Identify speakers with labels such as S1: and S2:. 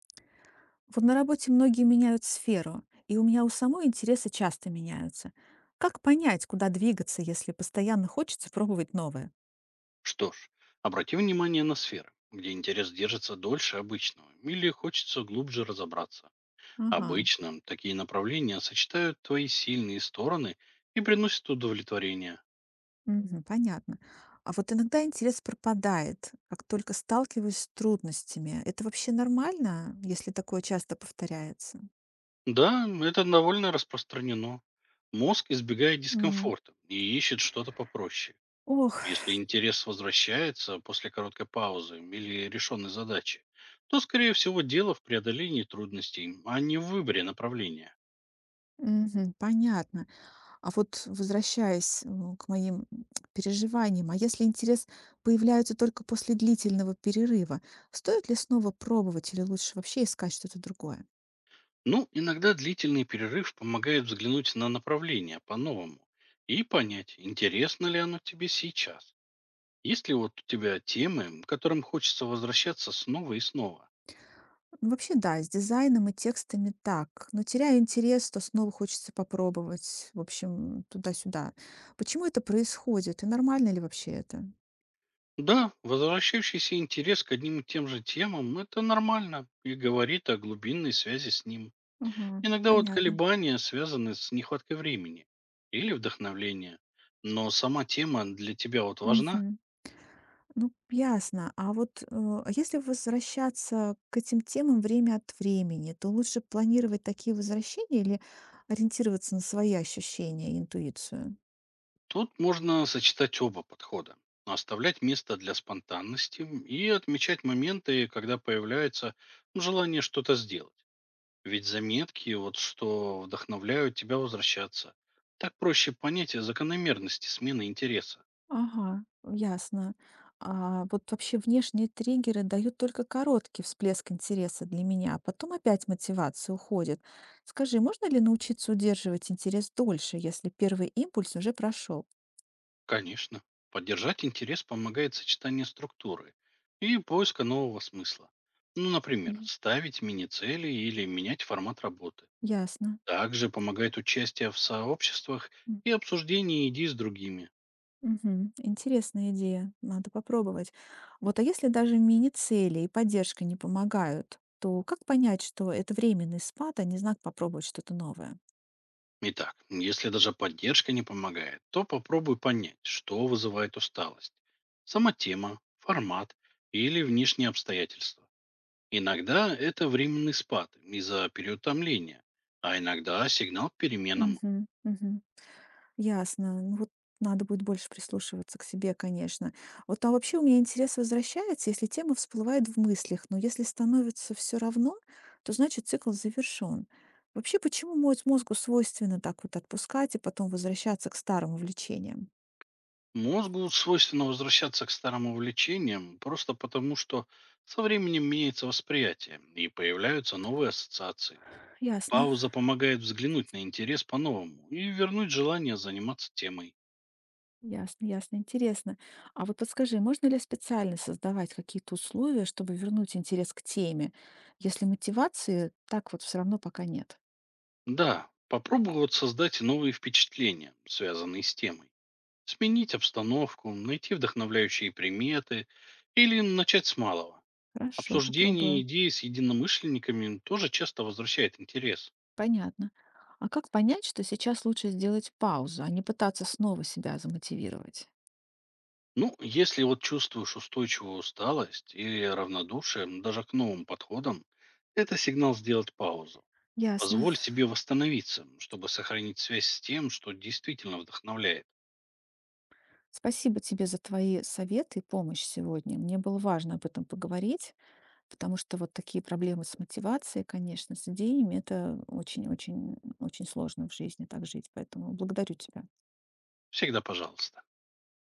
S1: Вот на работе многие меняют сферу, и у меня у самой интересы часто меняются. Как понять, куда двигаться, если постоянно хочется пробовать новое?
S2: Что ж, обрати внимание на сферы, где интерес держится дольше обычного или хочется глубже разобраться.
S1: Ага,
S2: Обычно такие направления сочетают твои сильные стороны и приносят удовлетворение.
S1: мгм, понятно. А вот иногда интерес пропадает, как только сталкиваюсь с трудностями. Это вообще нормально, если такое часто повторяется?
S2: Да, это довольно распространено. Мозг избегает
S1: М,
S2: дискомфорта и ищет что-то попроще.
S1: ох,
S2: Если интерес возвращается после короткой паузы или решенной задачи, то, скорее всего, дело в преодолении трудностей, а не в выборе направления.
S1: мгм, понятно. А вот возвращаясь, к моим переживаниям, а если интерес появляется только после длительного перерыва, стоит ли снова пробовать или лучше вообще искать что-то другое?
S2: Ну, иногда длительный перерыв помогает взглянуть на направление по-новому и понять, интересно ли оно тебе сейчас. Есть ли вот у тебя темы, к которым хочется возвращаться снова и снова?
S1: Ну, вообще, да, с дизайном и текстами так. Но теряю интерес, то снова хочется попробовать. В общем, туда-сюда. Почему это происходит? И нормально ли вообще это?
S2: Да, возвращающийся интерес к одним и тем же темам– это нормально и говорит о глубинной связи с ним.
S1: Ага,
S2: Иногда вот
S1: понятно.
S2: колебания связаны с нехваткой времени или вдохновления. Но сама тема для тебя вот важна?
S1: Мгм. Ну, ясно. А вот, а если возвращаться к этим темам время от времени, то лучше планировать такие возвращения или ориентироваться на свои ощущения и интуицию?
S2: Тут можно сочетать оба подхода. Оставлять место для спонтанности и отмечать моменты, когда появляется, ну, желание что-то сделать. Ведь заметки, вот что вдохновляют тебя возвращаться. Так проще понять закономерности смены интереса.
S1: Ага, ясно. А вот вообще внешние триггеры дают только короткий всплеск интереса для меня, а потом опять мотивация уходит. Скажи, можно ли научиться удерживать интерес дольше, если первый импульс уже прошел?
S2: Конечно, поддержать интерес помогает сочетание структуры и поиска нового смысла. Ну, например,
S1: Мгм.
S2: ставить мини-цели или менять формат работы.
S1: Ясно.
S2: Также помогает участие в сообществах и обсуждение идей с другими.
S1: Мгм. Интересная идея, надо попробовать. Вот, а если даже мини-цели и поддержка не помогают, то как понять, что это временный спад, а не знак попробовать что-то новое?
S2: Итак, если даже поддержка не помогает, то попробуй понять, что вызывает усталость. Сама тема, формат или внешние обстоятельства. Иногда это временный спад из-за переутомления, а иногда сигнал к переменам.
S1: Мгм. Мгм. Ясно. Ну вот надо будет больше прислушиваться к себе, конечно. Вот, а вообще у меня интерес возвращается, если тема всплывает в мыслях, но если становится все равно, то значит цикл завершен. Вообще, почему мой мозгу свойственно так вот отпускать и потом возвращаться к старым увлечениям?
S2: Мозгу свойственно возвращаться к старым увлечениям просто потому, что со временем меняется восприятие и появляются новые ассоциации.
S1: Ясно.
S2: Пауза помогает взглянуть на интерес по-новому и вернуть желание заниматься темой.
S1: Ясно, ясно, интересно. А вот подскажи, можно ли специально создавать какие-то условия, чтобы вернуть интерес к теме, если мотивации так вот все равно пока нет?
S2: Да, попробуй вот создать новые впечатления, связанные с темой. Сменить обстановку, найти вдохновляющие приметы или начать с малого.
S1: Хорошо,
S2: Обсуждение
S1: попробую.
S2: идей с единомышленниками тоже часто возвращает интерес.
S1: Понятно. А как понять, что сейчас лучше сделать паузу, а не пытаться снова себя замотивировать?
S2: Ну, если вот чувствуешь устойчивую усталость или равнодушие даже к новым подходам, это сигнал сделать паузу.
S1: Ясно.
S2: Позволь себе восстановиться, чтобы сохранить связь с тем, что действительно вдохновляет.
S1: Спасибо тебе за твои советы и помощь сегодня. Мне было важно об этом поговорить. Потому что вот такие проблемы с мотивацией, конечно, с идеями- это очень-очень очень сложно в жизни так жить. Поэтому благодарю тебя.
S2: Всегда пожалуйста.